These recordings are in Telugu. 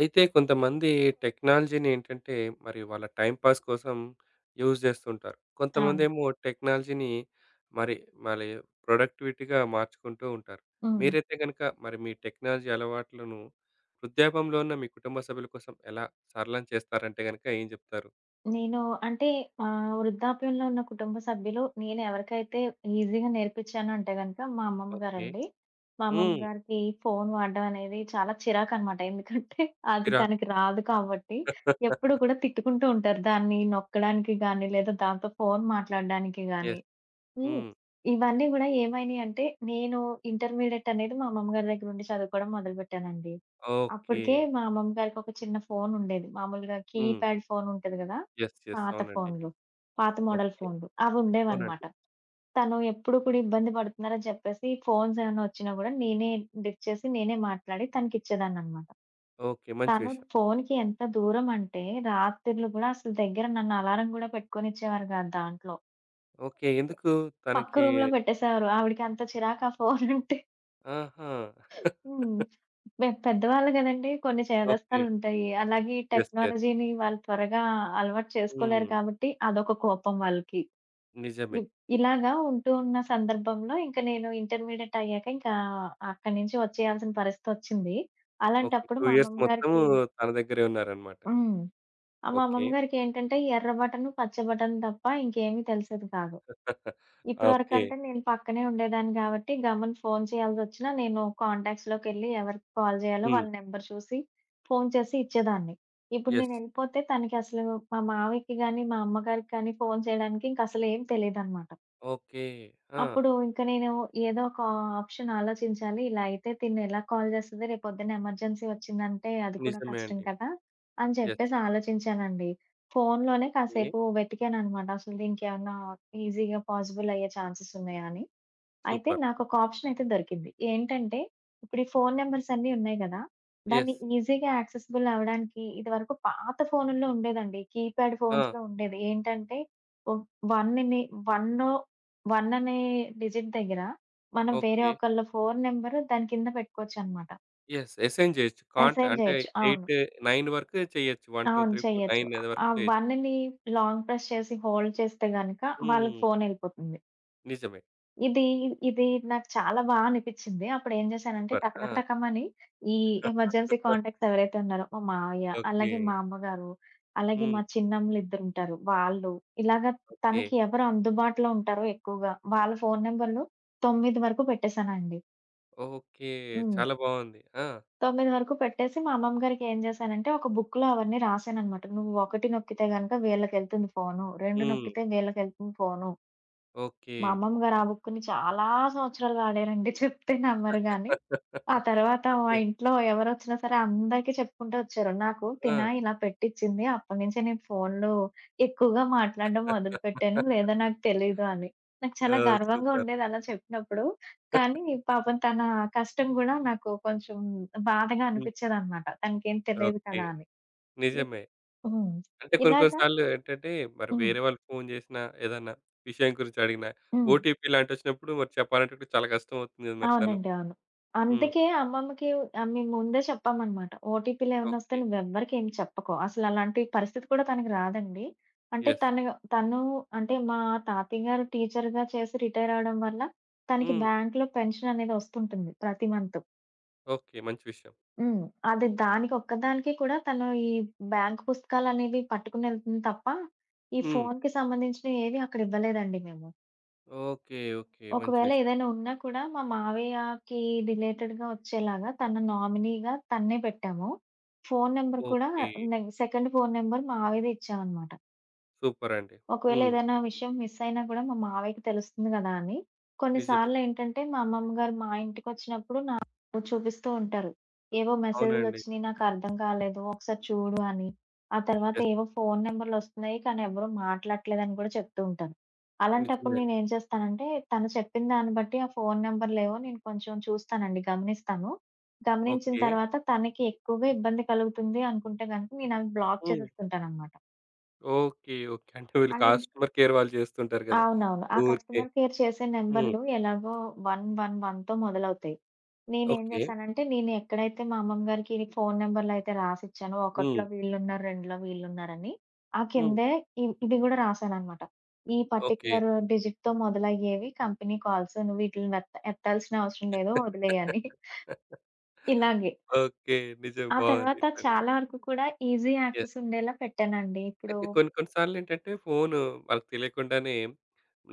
అయితే కొంతమంది టెక్నాలజీని మరి వాళ్ళ టైమ్ పాస్ కోసం యూజ్ చేస్తుంటారు. అవును. కొంతమందేమో టెక్నాలజీని మరి మళ్ళీ ప్రొడక్టివిటీగా మార్చుకుంటూ ఉంటారు. హ్మ్. మీరైతే గనుక మరి మీ టెక్నాలజీ అలవాట్లను వృద్ధాపంలో ఉన్న మీ కుటుంబ సభ్యుల కోసం ఎలా సరళం చేస్తారంటే గనుక ఏం చెప్తారు? నేను అంటే వృద్ధాప్యంలో ఉన్న కుటుంబ సభ్యులు నేను ఎవరికైతే ఈజీగా నేర్పించాను అంటే గనక మా అమ్మమ్మ ఓకే. గారండి. మా అమ్మమ్మ హ్మ్. గారికి ఫోను వాడడం అనేది చాలా చిరాకనమాట. ఎందుకంటే అది చిరాకు. తనకి రాదు కాబట్టి ఎప్పుడు కూడా తిట్టుకుంటూ ఉంటారు. దాన్ని నొక్కడానికి గాని, లేదా దాంతో ఫోను మాట్లాడడానికి గాని. యెస్. హ్మ్. హ్మ్. ఇవన్నీ గూడా ఏమైనియంటే, నేను ఇంటర్మీడియేట్ అనేది మా అమ్మమ్మగారి దగ్గర ఉండి చదువుకోవడం మొదలుపెట్టానండి. ఓకే. అప్పటికే మా అమ్మమ్మగారికి ఒక చిన్న ఫోనుండేది. మామూలుగా హ్మ్. కీప్యాడ్ ఫోనుంటది గదా! యెస్. యెస్. పాత అవునండి. ఫోన్లు. పాత మోడల్ ఓకే. ఫోన్లు. అవుండేవనమాట. అవునండి. తను ఎప్పుడు కూడా ఇబ్బంది పడుతున్నారని చెప్పేసి, ఫోన్స్ ఏమైనా వచ్చినా గూడా నేనే లిఫ్ట్ చేసి, నేనే మాట్లాడి తనకిచ్చేదాన్ననమాట. ఓకే. మంచి తను విషయం. ఫోన్‌కి ఎంత దూరం అంటే, రాత్రిళ్ళు గూడా అసలు దగ్గర నన్ను అలారం గూడా పెట్టుకొనిచ్చేవారు గాదు దాంట్లో. ఓకే. ఎందుకు పక్క తనకి రూమ్‌లో పెట్టేసేవారు. ఆవిడకి అంత చిరాకు ఆ ఫోనంటే. ఆహా! హ్మ్. పెద్దవాళ్ళు గదండీ! కొన్ని ఓకే. చేదస్తాలుంటాయి. అలాగే ఈ యెస్. యెస్. టెక్నాలజీని వాళ్ళు త్వరగా అలవాటు చేసుకోలేరు హ్మ్. కాబట్టి అదొక కోపం వాళ్ళకి. నిజమే. ఇప్ ఇలాగా ఉంటూ ఉన్న సందర్భంలో ఇంక నేను ఇంటర్మీడియేట్ అయ్యాక ఇంకా అక్కడి నుంచి వచ్చేయాల్సిన పరిస్థితొచ్చింది. ఓకే. అలాంటప్పుడు 2 మా ఇయర్స్ అమ్మమ్మ మొత్తము గారికి తన దగ్గరే ఉన్నారనమాట. హ్మ్. మా ఓకే. అమ్మమ్మ గారికేంటంటే ఎర్ర బటను, పచ్చ బటన్ తప్ప ఇంకేమీ తెలిసేది కాదు. ఓకే. ఇప్పటివరకంటే నేను పక్కనే ఉండేదాన్ని గాబట్టి, గమ్మున ఫోను చేయాల్సొచ్చినా, నేను కాంటాక్ట్స్‌లోకెళ్ళి ఎవరికి కాల్ జేయాలో హ్మ్. వాళ్ళ నెంబర్ చూసి, ఫోను చేసి ఇచ్చేదాన్ని. ఇప్పుడు యెస్. నేనెళ్ళిపోతే తనకి అసలు మా మావయ్యకి గాని, మా అమ్మగారికి కానీ ఫోను చేయడానికి ఇంకసలేం తెలీదనమాట. ఓకే. ఆ! అప్పుడు ఇంక నేను ఏదో ఒక ఆప్షన్ ఆలోచించాలి. ఇలా అయితే తిన్నెలా కాల్ జేస్తది? రేపొద్దున ఎమర్జెన్సీ వచ్చిందంటే అది కూడా నిజమే కష్టం అండి. కదా! అని యెస్. చెప్పేసి ఆలోచించానండి. ఫోనులోనే ఓకే. కాసేపు వెతికాననమాట. అసలు దీనికేమన్నా ఈజీగా పాజిబుల్ అయ్యే ఛాన్సెస్ ఉన్నాయా అని. అయితే సూపర్. నాకొక ఆప్షనయితే దొరికింది. ఏంటంటే, ఇప్పుడు ఈ ఫోను నంబర్స్ అన్నీ ఉన్నాయి గదా! దాన్ని యెస్. ఈజీగా యాక్సెసిబుల్ అవ్వడానికి ఇదివరకు పాత ఫోనుల్లో ఉండేదండి. కీప్యాడ్ ఆ! ఫోన్స్‌లో ఉండేది. ఏంటంటే, ఒ వన్‌ని వన్నో 1 అనే డిజిట్ దగ్గర మనం వేరే ఓకే. ఒకళ్ళ ఫోను నంబరు దాని కింద పెట్టుకోవచ్చనమాట. యెస్. అసైన్ జేయొచ్చు. కాంట్ అసైన్ అంటే జేయొచ్చు. అవును. 8, 9 వరకు చేయొచ్చు. 1, అవును. 2, 3, 4, చెయ్యొచ్చు. 9 అది ఆ వరకు చేయొచ్చు. 1ని లాంగ్ ప్రెస్ చేసి హోల్డ్ చేస్తే గనక వాళ్ళకి హ్మ్. ఫోనెళ్ళిపోతుంది. నిజమే. ఇది ఇది నాకు చాలా బా అనిపిచ్చింది. అప్పుడేం జేశానంటే సూపర్. టక టక ఆ! టకమని ఈ ఎమర్జెన్సీ కాంటాక్ట్స్ ఎవరైతే ఉన్నారో మా మావయ్య, ఓకే. అలాగే మా అమ్మగారు, అలాగే హ్మ్. మా చిన్నమ్మలిద్దరుంటారు. వాళ్ళు ఇలాగ ఓకే. తనకి ఎవరు అందుబాటులో ఉంటారో ఎక్కువగా వాళ్ళ ఫోను నంబర్‌లు 9 వరకు పెట్టేసానండి. ఓకే. హ్మ్. చాలా బావుంది. ఆ! 9 వరకు పెట్టేసి మా అమ్మమ్మ గారికి ఏం జేశానంటే ఒక బుక్‌లో అవన్నీ రాసాననమాట. నువ్వు 1 నొక్కితే గనక వీళ్ళకెళ్తుంది ఫోను, 2 హ్మ్. నొక్కితే వీళ్ళకెళ్తుంది ఫోను. ఓకే. మా అమ్మమ్మ గారు ఆ బుక్కుని చాలా సంవత్సరాలు వాడారండి. చెప్తే నమ్మరు గానీ. ఆ తర్వాత మా ఓకే. ఇంట్లో ఎవరొచ్చినా సరే అందరికీ చెప్పుకుంటూ వచ్చారు. నాకు ఆ! తిన ఇలా పెట్టిచ్చింది. అప్పటినుంచి నేను ఫోన్‌లో ఎక్కువగా మాట్లాడడం మొదలుపెట్టాను. లేదా నాకు తెలీదు అని. నాకు ఆ! చాలా గర్వంగా సూపర్. ఉండేది అలా చెప్పినప్పుడు. కానీ పాపం తన కష్టం గూడా నాకు కొంచెం బాధగా హ్మ్. అనిపిచ్చేదనమాట. తనకేం తెలియదు ఓకే. కదా! అని. ఇప్ నిజమే. హ్మ్. అంటే కొన్ని కొన్ని ఇలాగా సార్లు మరి హ్మ్. వేరే వాళ్ళు ఫోను చేసినా, ఏదన్నా విషయం గురించి అడిగినా, హ్మ్. ఓటీపీ ఇలాంటివొచ్చినప్పుడు మరి చెప్పాలంటే కూడా చాలా కష్టం అవుతుంది కదా! మరి తను. అవునండి. అవును. హ్మ్. అందుకే అమ్మమ్మకి మేము ముందే చెప్పామనమాట. ఓటీపీలేమన్నా వస్తే ఓకే. నువ్వెవ్వరికేం చెప్పకు. అసలలాంటి పరిస్థితి కూడా తనకి రాదండి. అంటే యెస్. తను తను అంటే మా తాతయ్య గారు టీచర్‌గా చేసి రిటైరవ్వడం వల్ల తనకి హ్మ్. బ్యాంక్‌లో పెన్షన్ అనేది వస్తుంటుంది ప్రతి మంత్. ఓకే. మంచి విషయం. హ్మ్. అది దానికి ఒక్కదానికి కూడా తను ఈ బ్యాంక్ పుస్తకాలనేవి పట్టుకునెళ్తుంది తప్ప, ఈ హ్మ్. ఫోన్‌కి సంబంధించినవి ఏవి అక్కడ ఇవ్వలేదండి మేము. ఓకే. ఓకే. మంచి ఒకవేళ విషయం. ఏదైనా ఉన్నా కూడా మా మావయ్యకి రిలేటెడ్‌గా వచ్చేలాగా తన నామినీగా తన్నే పెట్టాము. ఫోను నంబర్ కూడా ఓకే. సెకండ్ ఫోను నంబర్ మావయ్యదే ఇచ్చామనమాట. సూపరండి. ఒకవేళ హ్మ్. ఏదైనా విషయం మిస్ అయినా గూడా మా మావయ్యకి తెలుస్తుంది గదా అని, నిజమే. కొన్నిసార్లేంటంటే మా అమ్మమ్మ గారు మా ఇంటికొచ్చినప్పుడు నాకు చూపిస్తూ ఉంటారు. ఏవో అవునండి. మెసేజులొచ్చినియి నాకర్థం కాలేదు. ఒకసారి చూడు అని. ఆ తర్వాత యెస్. ఏవో ఫోను నంబర్‌లొస్తున్నాయి కానీ ఎవరు మాట్లాడట్లేదని గూడా చెప్తూ ఉంటారు. నిజమే అలాంటప్పుడు అండి. నేనేం చేస్తానంటే తను చెప్పిన దాన్ని బట్టి ఆ ఫోను నంబర్‌లేవో నేను కొంచెం చూస్తానండి. గమనిస్తాను. గమనించిన ఓకే. తర్వాత తనకి ఎక్కువగా ఇబ్బంది కలుగుతుంది అనుకుంటే గనుక నేనవి బ్లాక్ హ్మ్. చేసేస్తుంటాననమాట. ఓకే. ఓకే. అంటే వీళ్ళు అంటే కస్టమర్ కేర్ వాళ్ళు చేస్తుంటారు గదా! అవునవును. ఆ ఊరికే. కస్టమర్ కేర్ చేసే హ్మ్. నంబర్‌లు ఎలాగో 111తో మొదలవుతాయి. నేనేం ఓకే. జేశానంటే, నేను ఎక్కడైతే మా అమ్మమ్మ గారికి ఫోను నంబర్‌లయితే రాసిచ్చానో, హ్మ్. ఒకటిలో వీళ్ళున్నారు, రెండులో వీళ్ళున్నారని, ఆ హ్మ్. కిందే ఇది గూడా రాశాననమాట. ఈ ఓకే. పర్టిక్యులర్ డిజిట్‌తో మొదలయ్యేవి కంపెనీ కాల్స్. నువ్వు వీటిలిని ఎత్తాల్సిన అవసరం లేదు, వదిలేయి అని. ఇలాగే. ఓకే. నిజం. ఆ బావుంది తర్వాత ఇట్లా గూడా. చాలా వరకు కూడా ఈజీ యెస్. యాక్సెస్ ఉండేలా పెట్టానండి. ఇప్పుడు అయితే కొన్ని కొన్ని ఫోను వాళ్ళకి తెలియకుండానే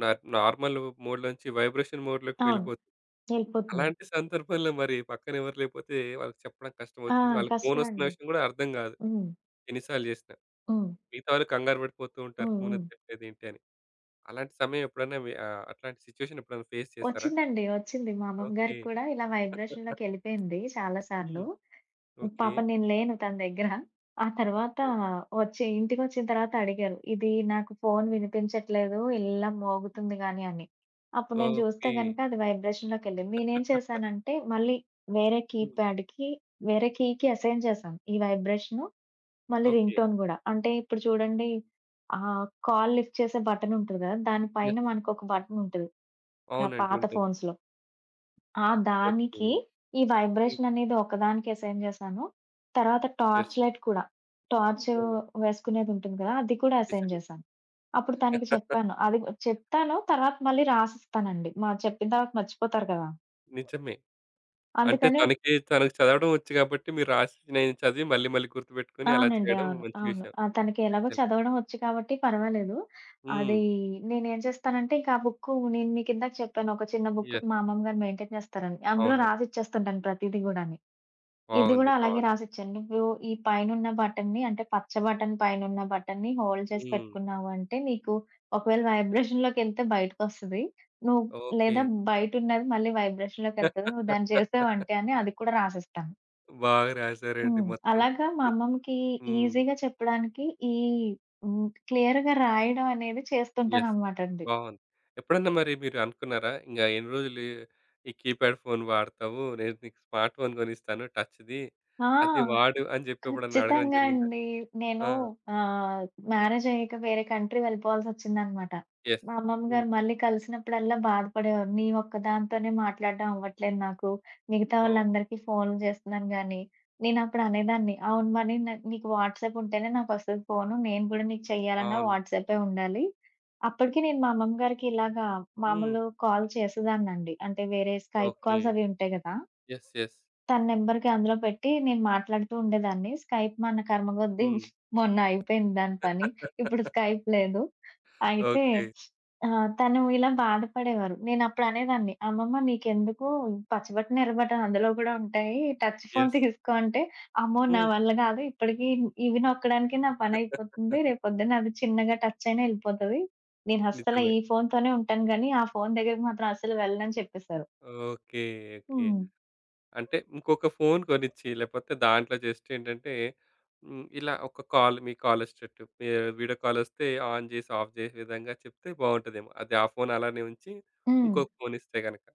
నార్మల్ మోడ్‌లోంచి వైబ్రేషన్ మోడ్‌లోకి అవును. వెళ్ళిపోతుంది. వెళ్ళిపోతుంది. అలాంటి సందర్భంలో మరి పక్కన ఎవరు లేకపోతే వాళ్ళకి చెప్పడం ఆ! కష్టమవుతుంది. వాళ్ళకి ఫోనొస్తున్న కష్టమండి. విషయం గూడా అర్థం గాదు. హ్మ్. ఎన్ని సార్లు జేసినా. హ్మ్. మిగతా వాళ్ళు కంగారు పడిపోతూ ఉంటారు. హ్మ్. హ్మ్. ఫోనెత్తట్లేదు ఏంటి అని. అలాంటి సమయం ఎప్పుడైనా మీ అట్లాంటి సిట్యుయేషన్ ఎప్పుడైనా ఫేస్ చేసారా? వచ్చిందండి. వచ్చింది. మా అమ్మమ్మ ఓకే. గారికి కూడా ఇలా వైబ్రేషన్‌లోకెళ్ళిపోయింది చాలా సార్లు. హ్మ్. ఓకే. పాపం నేను లేను తన దగ్గర. ఆ తర్వాత ఓకే. ఇంటికొచ్చిన తర్వాత అడిగారు. "ఇది నాకు ఫోను వినిపించట్లేదు. ఇలా మోగుతుంది గానీ" అని. అప్పుడు నేను చూస్తే ఓకే. గనుక అది వైబ్రేషన్‌లోకెళ్ళింది. నేనేం చేశానంటే మళ్ళీ వేరే హ్మ్. కీప్యాడ్‌కి వేరే కీకి అసైన్ చేశాను. ఈ వైబ్రేషను, మళ్ళీ ఓకే. రింగ్‌టోన్ గూడా. అంటే ఇప్పుడు చూడండి కాల్ లిఫ్ట్ చేసే బటనుంటది గదా! దాని పైన యెస్. మనకొక బటనుంటది. ఆ! అవునండి. పాత ఉంటది. ఫోన్స్‌లో. ఆ! ఓకే. దానికి ఈ హ్మ్. వైబ్రేషన్ అనేది ఒకదానికి అసైన్ చేశాను. తర్వాత యెస్. టార్చ్ లైట్ కూడా. టార్చ్ ఓహ్! వేసుకునేది ఉంటుంది కదా! అది కూడా అసైన్ నిజమే. చేశాను. అప్పుడు తనకి చెప్పాను. అది చెప్తాను తర్వాత మళ్ళీ రాసిస్తానండి. మా చెప్పిన తర్వాత మర్చిపోతారు కదా! నిజమే. అంటే అందుకని తనకు చదవడం వచ్చు కాబట్టి మీరు రాసినయి చదివి మళ్ళీ మళ్ళీ గుర్తుపెట్టుకొని అలా అవునండి. చేయడం అవును. మంచి అవును. విషయం. ఆ! తనకి ఎలాగో యాక్చువల్ చదవడం వచ్చు కాబట్టి పర్వాలేదు. హ్మ్. అది నేనేం చేస్తానంటే ఇంకా ఆ బుక్ నేను మీకు ఇందాక చెప్పాను. ఒక చిన్న బుక్ యెస్. మా అమ్మమ్మ గారు మెయింటైన్ చేస్తారని. అందులో అవునండి. రాసిచ్చేస్తుంటాను ప్రతీది గూడాను. ఇది బాగుంది. గూడా అలాగే బాగుంది. రాసిచ్చాను. నువ్వు ఈ పైనున్న బటన్‌ని అంటే పచ్చ బటన్ పైనున్న బటన్‌ని హోల్డ్ చేసి హ్మ్. పెట్టుకున్నావు అంటే నీకు ఒకవేళ వైబ్రేషన్‌లోకెళ్తే బయటకొస్తది. నువ్వు ఓకే. లేదా బయటున్నది మళ్ళీ వైబ్రేషన్‌లోకెళ్తది. నువ్వు దాన్ని చేసావంటే అని అది కూడా రాసిస్తాను. బాగా రాసారండి హ్మ్. మొత్తం. అలాగా మా అమ్మమ్మకి హ్మ్. ఈజీగా చెప్పడానికి ఈ హ్మ్. క్లియర్‌గా రాయడం అనేది యెస్. చేస్తుంటాననమాటండి. బావుంది. ఎప్పుడన్నా మరి మీరు అనుకున్నారా? ఇంగా ఎన్ని రోజులు ఈ కీప్యాడ్ ఫోన్ వాడతావు? నేను నీకు స్మార్ట్ ఫోన్ కొనిస్తాను టచ్‌ది. ఆ! అది వాడు అని జెప్పి ఎప్పుడన్నా అడగడం ఖచ్చితంగా జరిగిందా? అండి. ఆ! నేను ఆహ్, మ్యారేజ్ అయ్యాక వేరే కంట్రీ వెళ్ళిపోవాల్సొచ్చిందనమాట. యెస్. మా అమ్మమ్మ హ్మ్. గారు మళ్ళీ కలిసినప్పుడల్లా బాధపడేవారు. "నీ ఒక్కదానితోనే మాట్లాడడం అవ్వట్లేదు నాకు. మిగతా ఓహ్! వాళ్ళందరికీ ఫోన్లు చేస్తున్నాను గానీ" నేనప్పుడు అనేదాన్ని, "అవును మరి నీకు వాట్సాప్ ఉంటేనే నాకొస్తది ఫోను. నేను గూడా నీకు చెయ్యాలన్నా అవును. వాట్సాపే ఉండాలి." అప్పటికి నేను మా అమ్మమ్మ గారికి ఇలాగా హ్మ్. మామూలు కాల్ చేసేదాన్నండి. అంటే వేరే స్కైప్ ఓకే. కాల్స్ అవి ఉంటాయి గదా! యెస్. యెస్. తన నంబర్‌కి అందులో పెట్టి నేను మాట్లాడుతూ ఉండేదాన్ని. స్కైప్ మన కర్మ కొద్దీ హ్మ్. మొన్న అయిపోయింది దాని పని. ఇప్పుడు స్కైప్ లేదు. అయితే ఓకే. తను ఇలా బాధపడేవారు. నేనప్పుడు అనేదాన్ని, "అమ్మమ్మ నీకెందుకు పచ్చబట్టను, ఎర్రబట్టను అందులో కూడా ఉంటాయి. Touch phone yes. తీసుకో" అంటే, "అమ్మో! నా హ్మ్. వల్ల కాదు. ఇప్పటికి ఇవి నొక్కడానికే నా పని అయిపోతుంది. రేపొద్దున అది చిన్నగా టచ్ అయినా ఎళ్ళిపోతది. నేను అస్సల నిజమే. ఈ ఫోన్‌తోనే ఉంటాను గానీ, ఆ ఫోన్ దగ్గరికి మాత్రం అస్సలు వెళ్ళను" అని చెప్పేశారు. ఓకే. ఓకే. హ్మ్. అంటే ఇంకొక ఫోన్ కొనిచ్చి, లేపోతే దాంట్లో జస్ట్ ఏంటంటే హ్మ్. ఇలా ఒక కాల్ వచ్చేటట్టు మీ వీడియో కాల్ వస్తే ఆన్ చేసి, ఆఫ్ చేసే విధంగా చెప్తే బావుంటదేమో. అది ఆ ఫోన్ అలానే ఉంచి హ్మ్. ఇంకొక ఫోన్ ఇస్తే గనక.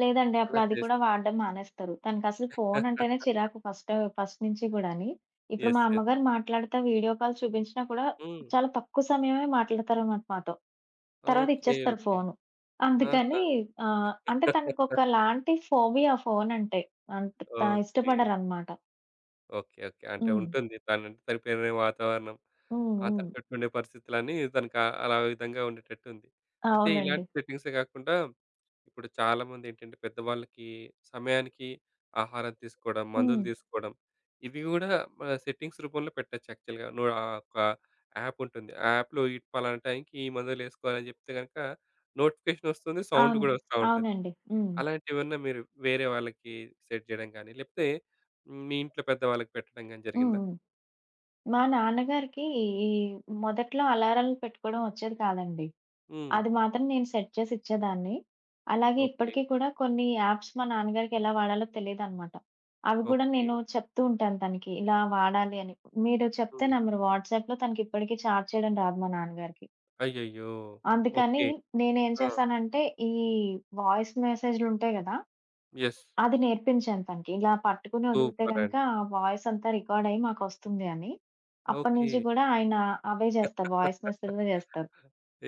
లేదండి. అలా అప్పుడు అది కూడా చేస్తే వాడడం మానేస్తారు. తనకసలు ఫోను అంటేనే చిరాకు ఫస్ట్ ఫస్ట్ నుంచి గూడాని. ఇప్పుడు యెస్. మా యెస్. అమ్మగారు మాట్లాడుతా వీడియో కాల్ చూపించినా కూడా హ్మ్. చాలా తక్కువ సమయమే మాట్లాడతారనమాట మాతో. తర్వాత ఓకే. ఇచ్చేస్తారు ఓకే. ఫోను. ఆహా! అందుకని ఆహ్, అంటే తనకొకలాంటి ఫోబియా ఫోనంటే. అంత ఓకే. ఇష్టపడరనమాట. ఓకే. ఓకే. అంటే హ్మ్. ఉంటుంది. తనంటే తనకి పెరిగిన వాతావరణం, హ్మ్. ఆ! తన హ్మ్. చుట్టూ ఉండే పరిస్థితులన్నీ తనకు అలా విధంగా ఉండేటట్టుంది. అయితే అవునండి. ఇలాంటి సెట్టింగ్సే కాకుండా ఇప్పుడు చాలామంది ఏంటంటే పెద్దవాళ్ళకి సమయానికి ఆహారం తీసుకోవడం, మందులు హ్మ్. తీసుకోవడం ఇవి గూడా మన సెట్టింగ్స్ రూపంలో పెట్టొచ్చు యాక్చువల్‌గా. నువ్వు ఒక యాప్ ఉంటుంది. ఆ యాప్‌లో ఈ పలానా టైంకి ఈ మందులేసుకోవాలని చెప్తే గనక నోటిఫికేషన్ వస్తుంది. సౌండ్ అవును. గూడా వస్తా ఉంటది. అవునండి. హ్మ్. అలాంటివేమన్నా మీరు వేరే వాళ్ళకి సెట్ జేయడం గానీ, లేకపోతే హ్మ్. మీ ఇంట్లో పెద్దవాళ్ళకి పెట్టడం గానీ హ్మ్. జరిగిందా? హ్మ్. మా నాన్నగారికి ఈ మొదట్లో అలారాలు పెట్టుకోవడం వచ్చేది కాదండి. హ్మ్. అది మాత్రం నేను సెట్ చేసి ఇచ్చేదాన్ని. అలాగే ఓకే. ఇప్పటికి కూడా కొన్ని యాప్స్ మా నాన్నగారికి ఎలా వాడాలో తెలీదనమాట. అవి కూడా ఓకే. నేను చెప్తూ ఉంటాను తనకి. ఇలా వాడాలి అని. మీరు చెప్తే హ్మ్. నమ్మరు వాట్సాప్‌లో తనకి ఇప్పటికి చాట్ చేయడం రాదు మా నాన్నగారికి. అయ్యయ్యో! అందుకని ఓకే. నేనేం ఆ! చేశానంటే, ఈ వాయిస్ మెసేజ్‌లుంటాయి గదా! యెస్. అది నేర్పించాను తనకి. ఇలా పట్టుకుని వదిలితే గనక సూపరండి. ఆ వాయిస్ అంతా రికార్డ్ అయ్యి మాకొస్తుంది అని. ఓకే. అప్పటినుంచి కూడా ఆయన అవే జేస్తారు. వాయిస్ మెసేజ్‌లే జేస్తారు.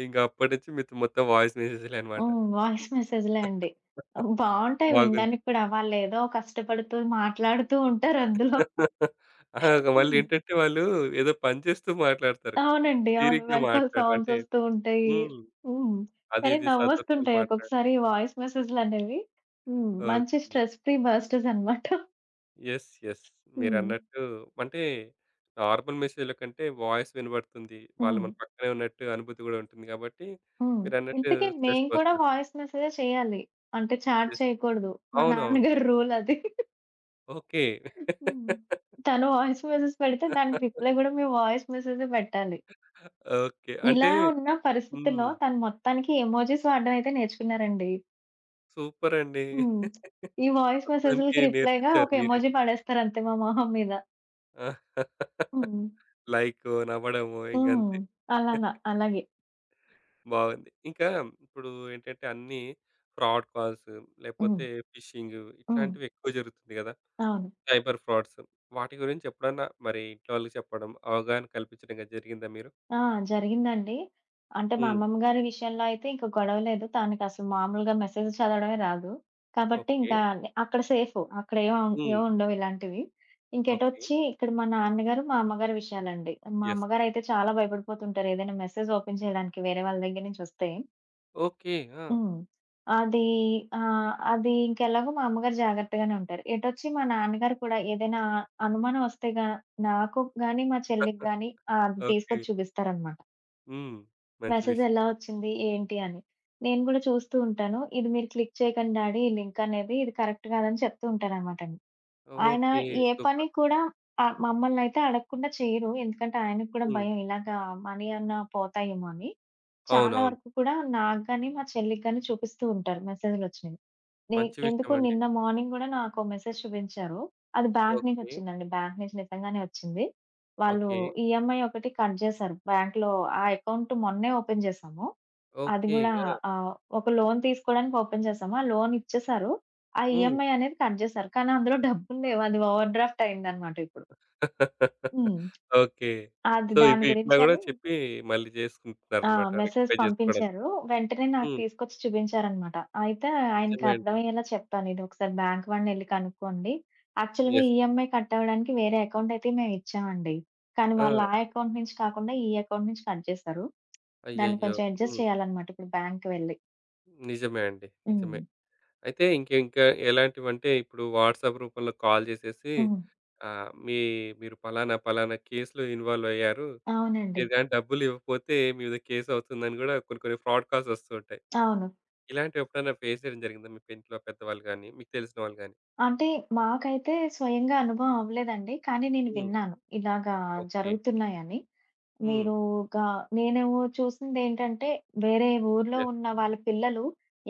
ఇంక అప్పటినుంచి మీతో మొత్తం వాయిస్ మెసేజ్‌లే అనమాట. హ్మ్. వాయిస్ మెసేజ్‌లే అండి. బావుంటాయి బాగుంది. వినడానికి కూడా. వాళ్ళేదో కష్టపడుతూ మాట్లాడుతూ ఉంటారు అందులో. ఆ! మళ్ళీ హ్మ్. ఏంటంటే వాళ్ళు ఏదో పని చేస్తూ మాట్లాడతారు. అవునండి. అవును. తీరిగ్గా వెనకాల మాట్లాడరు. సౌండ్స్ అంటే వస్తూ ఉంటాయి. హ్మ్. హ్మ్. అది కానీ ఇది సర్దుతూ నవ్వొస్తుంటాయి మాట్లాడ ఒక్కొక్కసారి ఈ వాయిస్ మెసేజ్‌లనేవి. హ్మ్. మంచి ఓకే. స్ట్రెస్ ఫ్రీ బస్టర్స్ అనమాట. యెస్. యెస్. హ్మ్. మీరన్నట్టు అంటే నార్మల్ మెసేజ్‌ల కంటే వాయిస్ వినబడుతుంది. వాళ్ళు హ్మ్. మన పక్కనే ఉన్నట్టు అనుభూతి గూడా ఉంటుంది గాబట్టి హ్మ్. మీరన్నట్టు ఇంతకీ స్ట్రెస్ మేము కూడా బస్టర్స్. వాయిస్ మెసేజే చేయాలి. అంటే చాట్ యెస్. చేయకూడదు. మా అవునవును. నాన్నగారి రూల్ అది. ఓకే. హ్మ్. తను వాయిస్ మెసేజ్ పెడితే దానికి రిప్లై గూడా మేము వాయిస్ మెసేజే పెట్టాలి. ఓకే. అంటే ఇలా ఉన్న పరిస్థితిలో హ్మ్. తను మొత్తానికి ఎమోజిస్ వాడడం అయితే నేర్చుకున్నారండి. సూపరండి. హ్మ్. ఈ వాయిస్ మొత్తానికి మెసేజులకి రిప్లై‌గా నేర్పించారు ఒక మీరే. ఎమోజి పడేస్తారు అంతే మా మొహం మీద. ఆ! హ్మ్. లైకో, నవ్వడమో హ్మ్. ఇంకంతే. అలానా అలాగే. బాగుంది. ఇంకా ఇప్పుడు ఏంటంటే అన్నీ ఫ్రాడ్ కాల్స్ హ్మ్. లేపోతే ఫిషింగ్ హ్మ్. ఇట్లాంటివి ఎక్కువ జరుగుతుంది గదా! అవును. Cyber frauds. వాటి గురించి ఎప్పుడన్నా మరి ఇంట్లో వాళ్ళకి చెప్పడం, అవగాహన కల్పించడం గాని జరిగిందా మీరు? ఆ! జరిగిందండి. అంటే మా హ్మ్. అమ్మమ్మ గారి విషయంలో అయితే ఇంక గొడవ లేదు. తనకసలు మామూలుగా మెసేజ్ చదవడమే రాదు. కాబట్టి ఓకే. ఇంకా అక్కడ సేఫు. అక్కడ ఏం హ్మ్. ఏం ఉండవు ఇలాంటివి. ఓకే. ఇంకెటొచ్చి ఇక్కడ మా నాన్నగారు, మా అమ్మగారి విషయాలండి. మా యెస్. అమ్మగారయితే చాలా భయపడిపోతుంటారు. ఏదైనా మెసేజ్ ఓపెన్ చేయడానికి వేరే వాళ్ళ దగ్గర నుంచొస్తే. ఓకే. ఆ! హ్మ్. అది అది ఇంకెలాగో మా అమ్మగారు జాగ్రత్తగానే ఉంటారు. ఎటొచ్చి మా నాన్నగారు కూడా ఏదైనా అనుమానం వస్తే నాకు గాని, మా చెల్లికి గాని అది ఓకే. తీసుకొచ్చి చూపిస్తారనమాట. హ్మ్. మంచి మెసేజ్ విషయం. ఎలా వచ్చింది? ఏంటి అని. నేను గూడా చూస్తూ ఉంటాను. ఇది మీరు క్లిక్ చేయకండి డాడీ ఈ లింక్ అనేది. ఇది కరెక్ట్ కాదని చెప్తూ ఉంటాననమాట. ఆయన ఓకే. ఏ పని సూపర్. కూడా మమ్మల్నయితే అడగకుండా చేయరు. ఎందుకంటే ఆయనకు కూడా హ్మ్. భయం ఇలాగా మనీ అన్నా పోతాయేమో అని. చాలా అవునవును. వరకు కూడా నాకు గాని, మా చెల్లికి గాని చూపిస్తూ ఉంటారు మెసేజ్‌లొచ్చినయి. నే మంచి ఎందుకో విషయమండి. నిన్న మార్నింగ్ గూడా నాకో మెసేజ్ చూపించారు. అది బ్యాంక్ ఓకే. నుంచొచ్చిందండి. బ్యాంక్ నుంచి నిజంగానే వచ్చింది. వాళ్ళు ఓకే. EMI ఒకటి కట్ జేశారు. బ్యాంక్‌లో ఆ అకౌంట్ మొన్నే ఓపెన్ జేశాము. అది ఓకే. గూడా ఆ! ఆహ్, ఒక లోన్ తీసుకోవడానికి ఓపెన్ చేశాము. ఆ లోన్ ఇచ్చేశారు. ఆ హ్మ్. ఈఎంఐ అనేది కట్ జేశారు. కానీ అందులో డబ్బులు లేవు. అది ఓవర్ డ్రాఫ్ట్ అయిందనమాట ఇప్పుడు. హ్మ్. ఓకే. అది సో, దాని ఇవి ఇట్లా గూడా గురించని చెప్పి మళ్ళీ ఆ! జేసుకుంటున్నారనమాట. మెసేజ్ రెక్టిఫై జేసుకోవడం. పంపించారు. వెంటనే నాకు హ్మ్. తీసుకొచ్చి చూపించారనమాట. అయితే ఆయనకి నిజమే అండి. అర్థమయ్యేలా చెప్పాను. ఇదొకసారి బ్యాంక్ వాడినెళ్లి కనుక్కోండి. యాక్చువల్‌గా యెస్. ఈఎంఐ కట్ అవ్వడానికి వేరే అకౌంట్ అయితే మేము ఇచ్చామండి. కానీ వాళ్ళు ఆ! ఆ అకౌంట్ నుంచి కాకుండా ఈ అకౌంట్ నుంచి కట్ చేశారు. దాన్ని అయ్యయ్యో! కొంచెం అడ్జస్ట్ హ్మ్. చేయాలనమాట ఇప్పుడు బ్యాంక్‌కి వెళ్లి. నిజమే అండి. హ్మ్. నిజమే. అయితే ఇంక ఇంకా ఎలాంటివంటే ఇప్పుడు వాట్సాప్ రూపంలో కాల్ జేసేసి హ్మ్. ఆహ్, మీ మీరు పలానా, పలానా కేస్‌లో ఇన్వాల్వ్ అయ్యారు. అవునండి. మీరు గాని డబ్బులు ఇవ్వకపోతే మీ మీద కేస్ అవుతుందని గూడా కొన్ని కొన్ని ఫ్రాడ్ కాల్స్ వస్తూ ఉంటాయి. అవును. ఇలాంటివి ఎప్పుడైనా ఫేస్ చేయడం జరిగిందా? మీ ఇంట్లో పెద్దవాళ్ళు గాని, మీకు తెలిసిన వాళ్ళు గాని? అంటే మాకైతే స్వయంగా అనుభవం అవ్వలేదండి. కానీ నేను హ్మ్. విన్నాను. ఇలాగా ఓకే. జరుగుతున్నాయని. హ్మ్. మీరు గా నేను చూసిందేంటంటే, వేరే ఊర్లో యెస్. ఉన్న వాళ్ళ పిల్లలు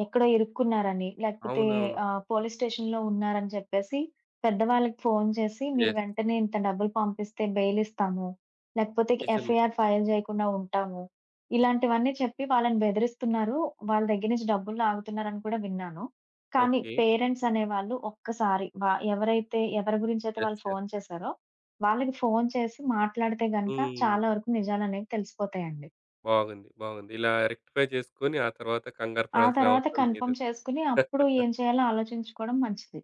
ఎక్కడో ఇరుక్కున్నారని, లేకపోతే అవునవును. పోలీస్ స్టేషన్‌లో ఉన్నారని చెప్పేసి, పెద్దవాళ్ళకి ఫోను చేసి, "మీరు యెస్. వెంటనే ఇంత డబ్బులు పంపిస్తే బెయిల్ ఇస్తాము. లేకపోతే నిజమే. FIR ఫైల్ చేయకుండా ఉంటాము." ఇలాంటివన్నీ చెప్పి వాళ్ళని బెదిరిస్తున్నారు. వాళ్ళ దగ్గర నుంచి డబ్బులు లాగుతున్నారని కూడా విన్నాను. కానీ ఓకే. పేరెంట్స్ అనేవాళ్ళు ఒక్కసారి వ ఎవరైతే ఎవరి గురించైతే యెస్. వాళ్ళు యెస్. ఫోను చేశారో వాళ్ళకి ఫోను చేసి మాట్లాడితే గనక చాలా హ్మ్. వరకు నిజాలనేవి తెలిసిపోతాయండి. బాగుంది. బాగుంది. ఇలా రెక్టిఫై చేసుకొని ఆ తర్వాత కంగారు ఆ పడాల్సిన తర్వాత అవసరం లేదు. కన్ఫర్మ్ చేసుకొని అప్పుడు ఏం చేయాలో ఆలోచించుకోవడం మంచిది.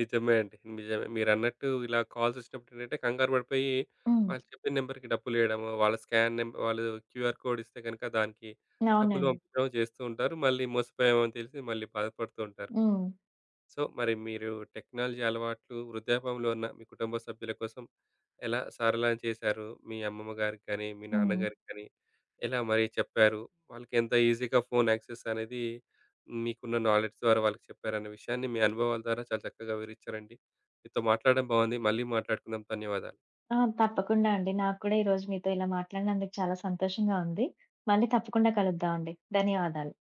నిజమే అండి. నిజమే. మీరన్నట్టు ఇలా కాల్స్ వచ్చినప్పుడు ఏంటంటే కంగారు పడిపోయి హ్మ్. వాళ్ళు చెప్పిన నంబర్‌కి డబ్బులెయడము, వాళ్ళ స్కాన్ నెం వాళ్ళు క్యూఆర్ కోడ్ ఇస్తే గనుక దానికి డబ్బులు అవునండి. పంపించడం చేస్తూ ఉంటారు. మళ్ళీ మోసపోయామని తెలిసి మళ్ళీ బాధపడుతూ ఉంటారు. హ్మ్. సో, మరి మీరు టెక్నాలజీ అలవాట్లు వృద్ధాపంలో ఉన్న మీ కుటుంబ సభ్యుల కోసం ఎలా సరళం చేశారు? మీ అమ్మమ్మ గారికి కానీ, మీ హ్మ్. నాన్నగారికి కానీ ఎలా మరి చెప్పారు? వాళ్ళకి ఎంత ఈజీగా ఫోన్ యాక్సెస్ అనేది మీకున్న నాలెడ్జ్ ద్వారా వాళ్ళకి చెప్పారనే విషయాన్ని మీ అనుభవాల ద్వారా చాలా చక్కగా వివరించారండి. మీతో మాట్లాడడం బాగుంది. మళ్ళీ మాట్లాడుకుందాం. ధన్యవాదాలు. ఆ! తప్పకుండా అండి. నాకు కూడా ఈరోజు మీతో ఇలా మాట్లాడినందుకు చాలా సంతోషంగా ఉంది. మళ్ళీ తప్పకుండా కలుద్దామండి. ధన్యవాదాలు.